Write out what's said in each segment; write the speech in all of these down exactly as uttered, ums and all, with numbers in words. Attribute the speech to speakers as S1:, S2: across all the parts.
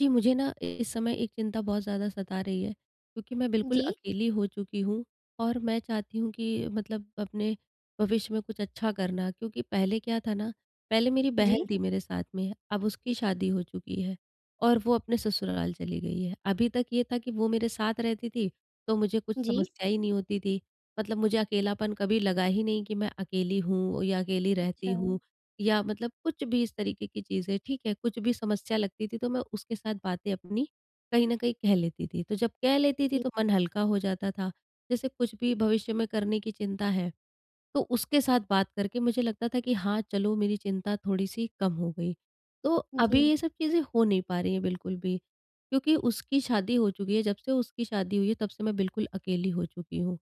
S1: जी, मुझे ना इस समय एक चिंता बहुत ज़्यादा सता रही है क्योंकि मैं बिल्कुल
S2: जी,
S1: अकेली हो चुकी हूँ और मैं चाहती हूँ कि मतलब अपने भविष्य में कुछ अच्छा करना। क्योंकि पहले क्या था ना, पहले मेरी
S2: जी,
S1: बहन थी मेरे साथ में, अब उसकी शादी हो चुकी है और वो अपने ससुराल चली गई है। अभी तक ये था कि वो मेरे साथ रहती थी, तो मुझे कुछ
S2: जी।
S1: समस्या ही नहीं होती थी। मतलब मुझे अकेलापन कभी लगा ही नहीं कि मैं अकेली हूँ या अकेली रहती
S2: अच्छा।
S1: हूँ या मतलब कुछ भी इस तरीके की चीज़ें, ठीक है? कुछ भी समस्या लगती थी तो मैं उसके साथ बातें अपनी कहीं न कहीं कह लेती थी। तो जब कह लेती थी
S2: जी,
S1: तो मन हल्का हो जाता था। जैसे कुछ भी भविष्य में करने की चिंता है, तो उसके साथ बात करके मुझे लगता था कि हाँ, चलो मेरी चिंता थोड़ी-सी कम हो गई। तो अभी
S2: जी।
S1: ये सब चीज़ें हो नहीं पा रही हैं बिल्कुल भी, क्योंकि उसकी शादी हो चुकी है। जब से उसकी शादी हुई है तब से मैं बिल्कुल अकेली हो चुकी हूँ।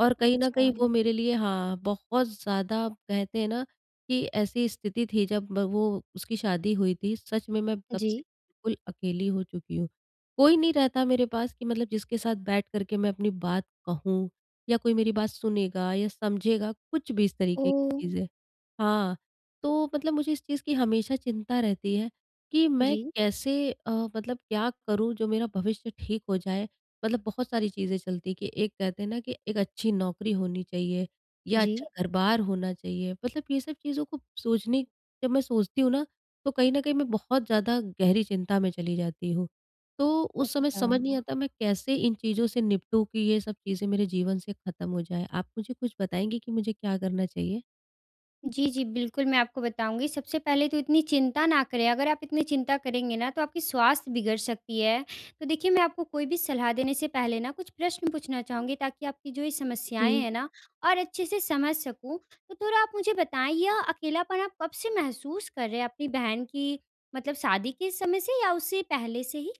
S1: और कहीं न
S2: अच्छा।
S1: कहीं वो मेरे लिए हाँ, बहुत ज़्यादा कहते हैं ना कि ऐसी स्थिति थी जब ब वो उसकी शादी हुई थी, सच में मैं तब
S2: जी।
S1: से बिल्कुल अकेली हो चुकी हूँ। कोई नहीं रहता मेरे पास कि मतलब जिसके साथ बैठ कर के मैं अपनी बात कहूँ या कोई मेरी बात सुनेगा या समझेगा, कुछ भी इस तरीके की
S2: ओह!
S1: चीज़ें। हाँ, तो मतलब मुझे इस चीज़ की हमेशा चिंता रहती है कि मैं
S2: जी,
S1: कैसे अ, मतलब क्या करूँ जो मेरा भविष्य ठीक हो जाए। मतलब बहुत सारी चीज़ें चलती कि एक कहते हैं ना कि एक अच्छी नौकरी होनी चाहिए या
S2: जी।
S1: अच्छा घर-बार होना चाहिए। मतलब ये सब चीज़ों को सोचने जब मैं सोचती हूँ ना, तो कहीं न कहीं मैं बहुत ज़्यादा गहरी चिंता में चली जाती हूँ। तो उस समय
S2: अच्छा।
S1: समझ नहीं आता मैं कैसे इन चीज़ों से निपटूँ कि ये सब चीज़ें मेरे जीवन से खत्म हो जाएँ। आप मुझे कुछ बताएँगी कि मुझे क्या करना चाहिए?
S2: जी, जी, बिल्कुल मैं आपको बताऊँगी। सबसे पहले तो इतनी चिंता ना करें, अगर आप इतनी चिंता करेंगे ना तो आपकी स्वास्थ्य बिगड़ सकती है। तो देखिए, मैं आपको कोई भी सलाह देने से पहले ना कुछ प्रश्न पूछना चाहूँगी, ताकि आपकी जो ये समस्याएँ
S1: जी।
S2: हैं ना और अच्छे से समझ सकूँ। तो थोड़ा आप मुझे बताएँ, यह अकेलापन आप कब से महसूस कर रहे हैं? अपनी बहन की मतलब शादी के समय से, या उससे पहले से ही?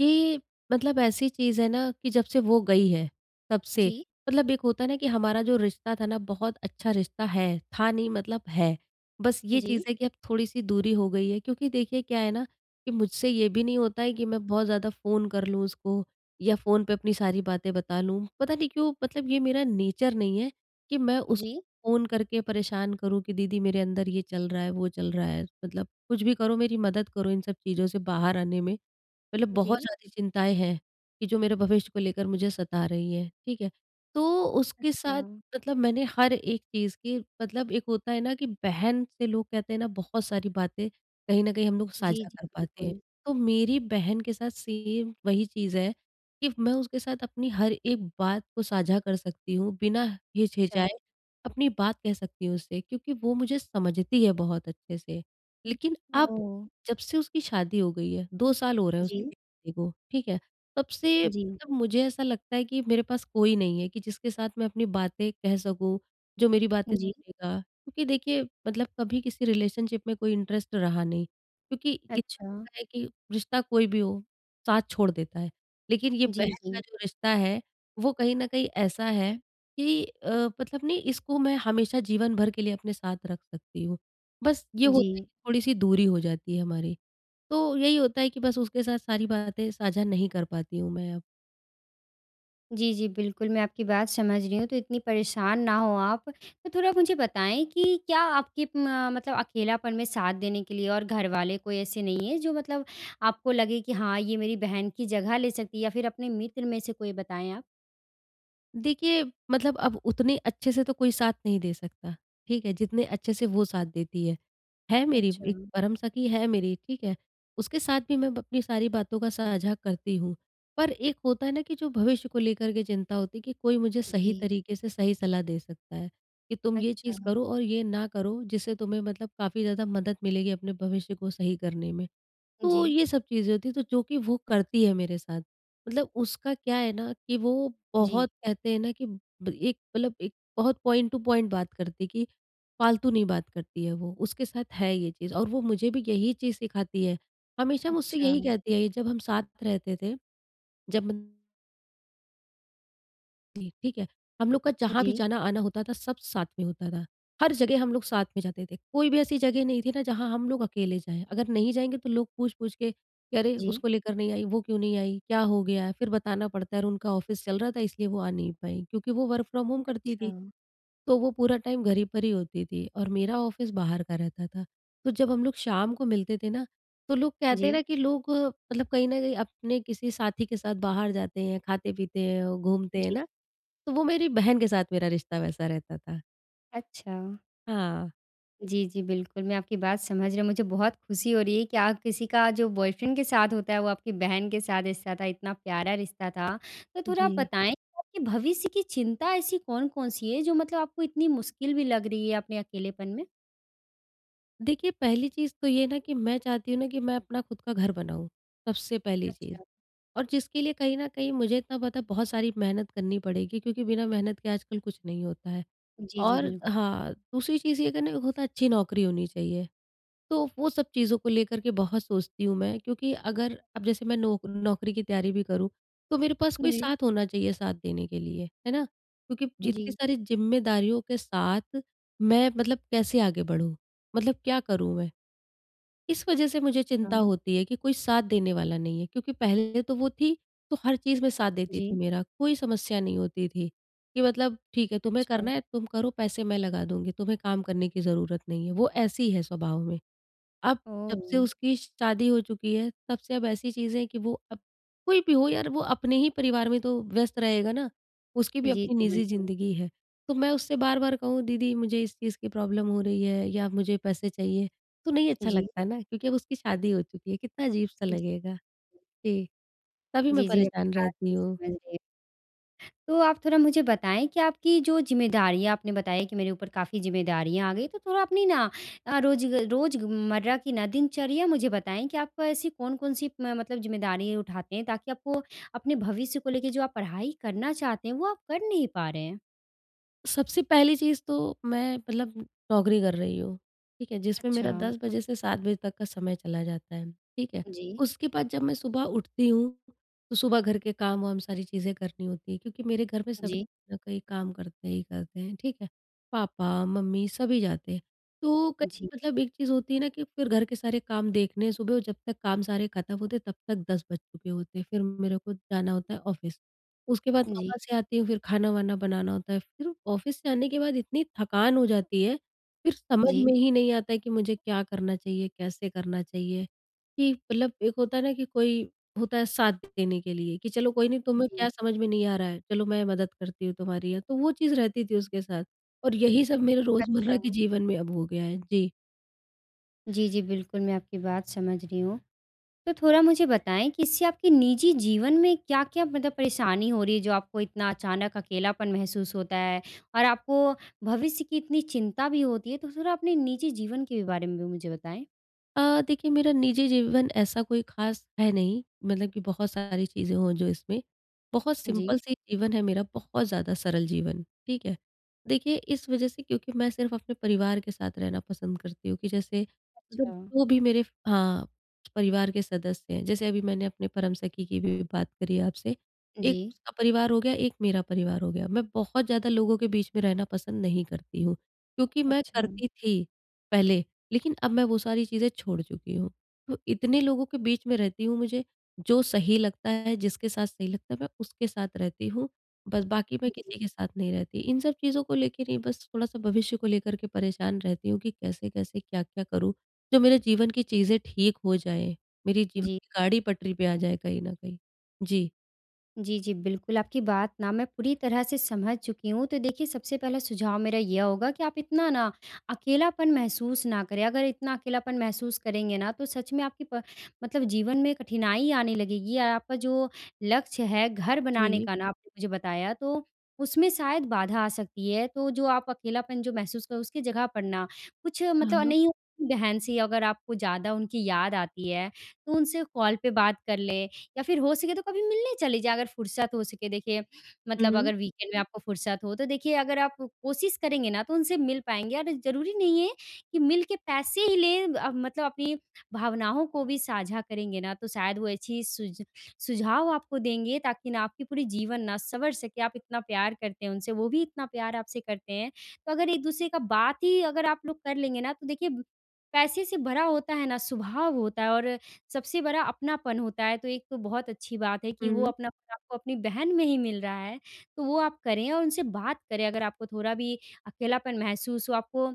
S1: ये मतलब ऐसी चीज़ है ना कि जब से वो गई है, तब से
S2: जी,
S1: मतलब एक होता है ना कि हमारा जो रिश्ता था ना बहुत अच्छा रिश्ता है, था नहीं मतलब है। बस ये
S2: जी।
S1: चीज़ है कि अब थोड़ी-सी दूरी हो गई है, क्योंकि देखिए क्या है ना कि मुझसे ये भी नहीं होता है कि मैं बहुत ज़्यादा फ़ोन कर लूँ उसको या फ़ोन पे अपनी सारी बातें बता लूँ। पता नहीं क्यों, मतलब ये मेरा नेचर नहीं है कि मैं उसको
S2: जी,
S1: फ़ोन करके परेशान करूँ कि दीदी मेरे अंदर ये चल रहा है, वो चल रहा है। मतलब कुछ भी करो, मेरी मदद करो इन सब चीज़ों से बाहर आने में। मतलब
S2: जी।
S1: बहुत ज़्यादा चिंताएँ हैं, कि जो मेरे भविष्य को लेकर मुझे सता रही हैं, ठीक है? तो उसके
S2: अच्छा।
S1: साथ मतलब मैंने हर एक चीज़ की, मतलब एक होता है ना कि बहन से लोग कहते हैं ना बहुत सारी बातें कहीं न कहीं हम लोग
S2: जी,
S1: साझा कर
S2: जी,
S1: पाते हैं।
S2: बिल्कुल।
S1: तो मेरी बहन के साथ सेम वही चीज़ है कि मैं उसके साथ अपनी हर एक बात को साझा कर सकती हूँ, बिना
S2: अच्छा,
S1: हिचहिचाए अपनी बात कह सकती हूँ उससे क्योंकि वो मुझे समझती है बहुत अच्छे से। लेकिन अब
S2: ओह!
S1: जब से उसकी शादी हो गई है, दो साल हो रहे हैं उसकी
S2: जी,
S1: शादी को, ठीक है? तब से
S2: जी,
S1: मतलब मुझे ऐसा लगता है कि मेरे पास कोई नहीं है कि जिसके साथ मैं अपनी बातें कह सकूँ, जो मेरी बातें
S2: जी।
S1: सुनेगा। क्योंकि देखिए मतलब कभी किसी रिलेशनशिप में कोई इंटरेस्ट रहा नहीं, क्योंकि इतना
S2: अच्छा।
S1: पता है कि रिश्ता कोई भी हो, साथ छोड़ देता है। लेकिन ये
S2: जी,
S1: बहन का
S2: जी,
S1: जो रिश्ता है, वो कहीं न कहीं ऐसा है कि अ, मतलब नहीं, इसको मैं हमेशा जीवन भर के लिए अपने साथ रख सकती हूँ। बस ये
S2: जी।
S1: होता है थोड़ी-सी दूरी हो जाती है हमारी। तो यही होता है कि बस उसके साथ सारी बातें साझा नहीं कर पाती हूँ मैं अब।
S2: जी, जी, बिल्कुल, मैं आपकी बात समझ रही हूँ, तो इतनी परेशान ना हो आप। तो थोड़ा मुझे बताएँ कि क्या आपके म मतलब अकेलापन में साथ देने के लिए और घरवाले कोई ऐसे नहीं है, जो मतलब आपको लगे कि हाँ, ये मेरी बहन की जगह ले सकती है? या फिर अपने मित्र में से कोई बताएँ आप?
S1: देखिए मतलब अब उतने अच्छे से तो कोई साथ नहीं दे सकता, ठीक है? जितने अच्छे से वो साथ देती है। है, मेरी
S2: अच्छा।
S1: एक परम सखी है मेरी, ठीक है? उसके साथ भी मैं अपनी सारी बातों का साझा करती हूँ। पर एक होता है ना कि जो भविष्य को लेकर के चिंता होती है कि कोई मुझे सही
S2: जी।
S1: तरीके से सही सलाह दे सकता है, कि तुम ये
S2: अच्छा।
S1: चीज़ करो और ये ना करो, जिससे तुम्हें मतलब काफ़ी ज़्यादा मदद मिलेगी अपने भविष्य को सही करने में। तो
S2: जी,
S1: ये सब चीज़ें होती हैं, तो जो कि वो करती है मेरे साथ। मतलब उसका क्या है ना कि वो
S2: जी।
S1: बहुत कहते हैं ना कि ब एक मतलब एक बहुत पॉइंट टू पॉइंट बात करती है कि फालतू नहीं बात करती है वो, उसके साथ है ये चीज़ और वो मुझे भी यही चीज़ सिखाती है। हमेशा मुझसे
S2: अच्छा।
S1: यही कहती है, जब हम साथ रहते थे, जब जी, ठीक है। हम लोग का जहाँ भी
S2: जी,
S1: जाना-आना होता था सब साथ में होता था। हर जगह हम लोग साथ में जाते थे। कोई भी ऐसी जगह नहीं थी ना जहाँ हम लोग अकेले जाएँ। अगर नहीं जाएँगे तो लोग पूछ-पूछ के कि अरे!
S2: जी।
S1: उसको लेकर नहीं आई, वो क्यों नहीं आई, क्या हो गया? है? फिर बताना पड़ता है और उनका ऑफ़िस चल रहा था इसलिए वो आ नहीं पाई। क्योंकि वो वर्क फ्रॉम होम करती
S2: अच्छा,
S1: थी, तो वो पूरा टाइम घर ही पर ही होती थी और मेरा ऑफ़िस बाहर का रहता था। तो जब हम लोग शाम को मिलते थे ना, तो लोग कहते हैं
S2: जी,
S1: ना कि लोग अ, मतलब कहीं न कहीं अपने किसी साथी के साथ बाहर जाते हैं, खाते-पीते हैं, और घूमते हैं
S2: जी।
S1: ना। तो वो मेरी बहन के साथ मेरा रिश्ता वैसा रहता था।
S2: अच्छा,
S1: हाँ।
S2: जी, जी, बिल्कुल, मैं आपकी बात समझ रही हूँ। मुझे बहुत खुशी हो रही है कि आप किसी का जो बॉयफ्रेंड के साथ होता है, वो आपकी बहन के साथ रिश्ता था, इतना प्यारा रिश्ता था। तो थोड़ा
S1: जी।
S2: आप बताएँ, आपके भविष्य की चिंता ऐसी कौन-कौन सी है, जो मतलब आपको इतनी मुश्किल भी लग रही है अपने अकेलेपन में?
S1: देखिए पहली चीज़ तो ये ना कि मैं चाहती हूँ ना कि मैं अपना खुद का घर बनाऊँ, सबसे पहली चीज़।
S2: अच्छा।
S1: और जिसके लिए कहीं न कहीं मुझे इतना पता है बहुत सारी मेहनत करनी पड़ेगी क्योंकि बिना मेहनत के आजकल कुछ नहीं होता है।
S2: जी, जी,
S1: और
S2: बिल्कुल।
S1: हाँ, दूसरी चीज़ ये करने होता है अच्छी नौकरी होनी चाहिए। तो वो सब चीज़ों को लेकर के बहुत सोचती हूँ मैं, क्योंकि अगर अब जैसे मैं नौक नौकरी की तैयारी भी करूँ, तो मेरे पास कोई
S2: जी,
S1: साथ होना चाहिए साथ देने के लिए, है ना? क्योंकि जितनी
S2: जी,
S1: सारी ज़िम्मेदारियों के साथ मैं मतलब कैसे आगे बढ़ूँ? मतलब क्या करूँ मैं? इस वज़ह से मुझे
S2: अच्छा,
S1: चिंता होती है कि कोई साथ देने वाला नहीं है, क्योंकि पहले तो वो थी, तो हर चीज़ में साथ देती थी
S2: जी,
S1: मेरा, कोई समस्या नहीं होती थी कि मतलब ठीक है तुम्हें
S2: अच्छा,
S1: करना है तुम करो, पैसे मैं लगा दूँगी, तुम्हें काम करने की ज़रूरत नहीं है, वो ऐसी है स्वभाव में। अब जब से
S2: ओह!
S1: उसकी शादी हो चुकी है, तब से अब ऐसी चीज़ें हैं कि वो अब कोई भी हो यार, वो अपने ही परिवार में तो व्यस्त रहेगा ना, उसकी भी
S2: जी,
S1: अपनी
S2: जी,
S1: निजी
S2: बिल्कुल।
S1: ज़िंदगी है। तो मैं उससे बार-बार कहूँ दीदी मुझे इस चीज़ की प्रॉब्लम हो रही है या मुझे पैसे चाहिए, तो नहीं अच्छा
S2: जी,
S1: लगता है ना, क्योंकि अब उसकी शादी हो चुकी है, कितना अजीब-सा
S2: जी,
S1: लगेगा। जी, तभी मैं
S2: जी, जी, आपकी
S1: परेशान
S2: बात
S1: रहती
S2: मैं
S1: हूँ।
S2: समझ रही हूँ। तो आप थोड़ा मुझे बताएँ कि आपकी जो ज़िम्मेदारियाँ आपने बताया कि मेरे ऊपर काफ़ी ज़िम्मेदारियाँ आ गई, तो थोड़ा अपनी ना अ, रोज़ रोज़मर्रा की ना दिनचर्या मुझे बताएँ कि आप ऐसी कौन-कौन सी म मतलब ज़िम्मेदारियाँ उठाते हैं, ताकि आपको अपने भविष्य को लेके जो आप पढ़ाई करना चाहते हैं, वो आप कर नहीं पा रहे हैं?
S1: सबसे पहली चीज़ तो मैं मतलब नौकरी कर रही हूँ, ठीक है? जिसमें
S2: अच्छा।
S1: मेरा दस बजे से सात बजे तक का समय चला जाता है, ठीक है?
S2: जी,
S1: उसके बाद जब मैं सुबह उठती हूँ, तो सुबह घर के काम-वाम सारी चीज़ें करनी होती हैं क्योंकि मेरे घर में सभी
S2: जी,
S1: ना कहीं काम करते ही करते हैं, ठीक है? पापा, मम्मी सभी जाते हैं। तो कहीं
S2: जी,
S1: मतलब एक चीज़ होती है ना कि फिर घर के सारे काम देखने सुबह जब तक काम सारे खत्म होते तब तक दस बज चुके होते हैं, फिर मेरे को जाना होता है ऑफ़िस। उसके बाद
S2: जी,
S1: वहाँ से आती हूँ फिर खाना-वाना बनाना होता है। फिर ऑफ़िस से आने के बाद इतनी थकान हो जाती है, फिर समझ
S2: जी,
S1: में ही नहीं आता है कि मुझे क्या करना चाहिए, कैसे करना चाहिए? कि मतलब एक होता है ना कि कोई होता है साथ देने के लिए कि चलो कोई नहीं तुम्हें
S2: जी।
S1: क्या समझ में नहीं आ रहा है, चलो मैं मदद करती हूँ तुम्हारी, या तो वो चीज़ रहती थी उसके साथ और यही सब मेरे रोज़मर्रा
S2: अच्छा।
S1: के जीवन में अब हो गया है। जी।
S2: जी, जी, बिल्कुल मैं आपकी बात समझ रही हूँ। तो थोड़ा मुझे बताएँ कि इससे आपके निजी जीवन में क्या-क्या मतलब परेशानी हो रही है, जो आपको इतना अचानक अकेलापन महसूस होता है? और आपको भविष्य की इतनी चिंता भी होती है, तो थोड़ा अपने निजी जीवन के बारे में भी मुझे बताएँ?
S1: अ, देखिए मेरा निजी जीवन ऐसा कोई ख़ास है नहीं, मतलब कि बहुत सारी चीज़ें हों जो इसमें, बहुत
S2: जी।
S1: सिंपल सी जीवन है मेरा, बहुत ज़्यादा सरल जीवन, ठीक है। देखिए इस वज़ह से क्योंकि मैं सिर्फ़ अपने परिवार के साथ रहना पसंद करती हूँ कि जैसे मतलब
S2: अच्छा।
S1: जो भी मेरे हाँ, परिवार के सदस्य हैं, जैसे अभी मैंने अपने परम सखी की भी बात करी है आपसे, एक
S2: जी।
S1: उसका परिवार हो गया, एक मेरा परिवार हो गया। मैं बहुत ज़्यादा लोगों के बीच में रहना पसंद नहीं करती हूँ, क्योंकि मैं
S2: अच्छा।
S1: करती थी पहले। लेकिन अब मैं वो सारी चीज़ें छोड़ चुकी हूँ। तो इतने लोगों के बीच में रहती हूँ, मुझे जो सही लगता है, जिसके साथ सही लगता है, मैं उसके साथ रहती हूँ। बस बाकी मैं
S2: जी,
S1: किसी के साथ नहीं रहती। इन सब चीज़ों को लेके नहीं, बस थोड़ा-सा भविष्य को लेकर के परेशान रहती हूँ कि कैसे-कैसे, क्या-क्या करूँ, जो मेरे जीवन की चीज़ें ठीक हो जाएँ, मेरी जीवन
S2: जी।
S1: की गाड़ी पटरी पे आ जाए कहीं न कहीं। जी।
S2: जी, जी, बिल्कुल, आपकी बात ना मैं पूरी तरह से समझ चुकी हूँ। तो देखिए, सबसे पहला सुझाव मेरा यह होगा कि आप इतना ना अकेलापन महसूस ना करें। अगर इतना अकेलापन महसूस करेंगे ना, तो सच में आपकी प मतलब जीवन में कठिनाई आने लगेगी, या आपका जो लक्ष्य है घर बनाने
S1: जी।
S2: का ना आपने मुझे बताया, तो उसमें शायद बाधा आ सकती है। तो जो आप अकेलापन जो महसूस करो, उसकी जगह पर ना कुछ
S1: हाँ,
S2: मतलब
S1: हाँ।
S2: नहीं, बहन से अगर आपको ज़्यादा उनकी याद आती है, तो उनसे कॉल पे बात कर लें, या फिर हो सके तो कभी मिलने चले जाइए, अगर फुर्सत हो सके। देखिए,
S1: हुँ,
S2: मतलब
S1: हुँ।
S2: अगर वीकेंड में आपको फुर्सत हो, तो देखिए, अगर आप कोशिश करेंगे ना तो उनसे मिल पाएँगे, और ज़रूरी नहीं है कि मिल के पैसे ही लें। अ, मतलब अपनी भावनाओं को भी साझा करेंगे ना, तो शायद वो अच्छी सुझ सुझाव आपको देंगे, ताकि ना आपकी पूरी जीवन ना संवर सके। आप इतना प्यार करते हैं उनसे, वो भी इतना प्यार आपसे करते हैं। तो अगर एक-दूसरे का बात ही अगर आप लोग कर लेंगे ना, तो देखिए, पैसे से भरा होता है ना स्वभाव, होता है, और सबसे बड़ा अपनापन होता है। तो एक तो बहुत अच्छी बात है कि वो
S1: हुँ,
S2: अपनापन आपको अपनी बहन में ही मिल रहा है, तो वो आप करें और उनसे बात करें, अगर आपको थोड़ा भी अकेलापन महसूस हो। आपको,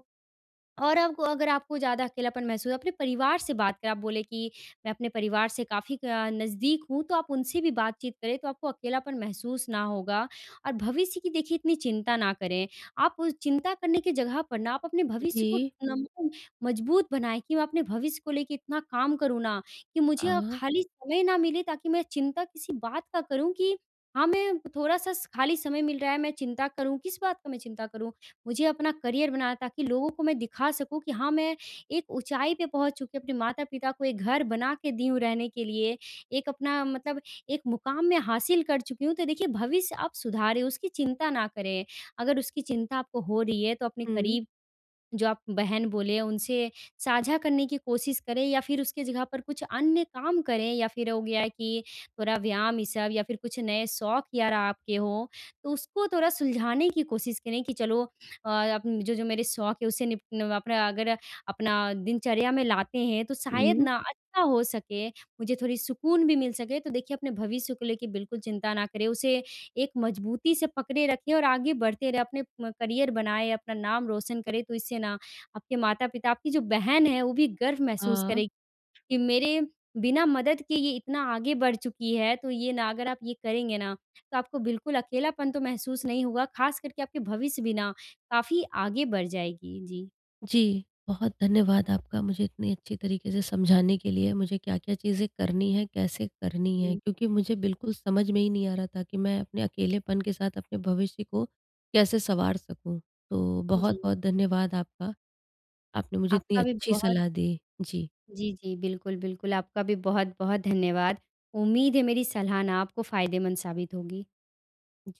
S2: और आपको अगर आपको ज़्यादा अकेलापन महसूस, अपने परिवार से बात करें। आप बोले कि मैं अपने परिवार से काफ़ी अ, नज़दीक हूँ, तो आप उनसे भी बातचीत करें, तो आपको अकेलापन महसूस ना होगा। और भविष्य की देखिए इतनी चिंता ना करें। आप उस चिंता करने की जगह पर ना आप अपने भविष्य को
S1: जी।
S2: नम मजबूत बनाएँ, कि मैं अपने भविष्य को लेके इतना काम करूँ ना, कि मुझे अ,
S1: हाँ।
S2: खाली समय ना मिले, ताकि मैं चिंता किसी बात का करूँ, कि हाँ, मैं थोड़ा-सा स खाली समय मिल रहा है, मैं चिंता करूँ, किस बात का मैं चिंता करूँ? मुझे अपना करियर बनाना है, ताकि लोगों को मैं दिखा सकूँ कि हाँ, मैं एक ऊँचाई पे पहुँच चुकी हूँ, अपने माता-पिता को एक घर बना के दी हूँ रहने के लिए, एक अपना मतलब एक मुकाम मैं हासिल कर चुकी हूँ। तो देखिए, भविष्य आप सुधारें, उसकी चिंता ना करें। अगर उसकी चिंता आपको हो रही है, तो अपने
S1: हुँ,
S2: करीब जो आप बहन बोले, उनसे साझा करने की कोशिश करें, या फिर उसके जगह पर कुछ अन्य काम करें, या फिर हो गया कि थोड़ा व्यायाम ये सब, या फिर कुछ नए शौक यार आपके हो, तो उसको थोड़ा सुलझाने की कोशिश करें, कि चलो अ, अपन जो जो मेरे शौक है उससे निपट, अपना अगर अपना दिनचर्या में लाते हैं, तो शायद
S1: हुँ,
S2: ना अच्छा हो सके, मुझे थोड़ी सुकून भी मिल सके। तो देखिए, अपने भविष्य को लेके बिल्कुल चिंता ना करें, उसे एक मजबूती से पकड़े रखें और आगे बढ़ते रहें, अपने म करियर बनाएँ, अपना नाम रोशन करें, तो इससे ना आपके माता-पिता, आपकी जो बहन है, वो भी गर्व महसूस
S1: हाँ।
S2: करेगी, कि मेरे बिना मदद के ये इतना आगे बढ़ चुकी है। तो ये ना अगर आप ये करेंगे ना, तो आपको बिल्कुल अकेलापन तो महसूस नहीं होगा, ख़ास करके आपके भविष्य भी ना काफ़ी आगे बढ़ जाएगी। जी।
S1: जी, बहुत धन्यवाद आपका मुझे इतनी अच्छी तरीके से समझाने के लिए, मुझे क्या-क्या चीज़ें करनी है, कैसे करनी है।
S2: जी।
S1: क्योंकि मुझे बिल्कुल समझ में ही नहीं आ रहा था कि मैं अपने अकेलेपन के साथ अपने भविष्य को कैसे सँवार सकूँ। तो
S2: जी,
S1: बहुत-बहुत धन्यवाद आपका, आपने मुझे इतनी
S2: आपका भी
S1: अच्छी
S2: बहुत
S1: सलाह दी। जी।
S2: जी, जी, बिल्कुल, बिल्कुल, आपका भी बहुत-बहुत धन्यवाद। उम्मीद है मेरी सलाह ना आपको फ़ायदेमंद साबित होगी।
S1: जी।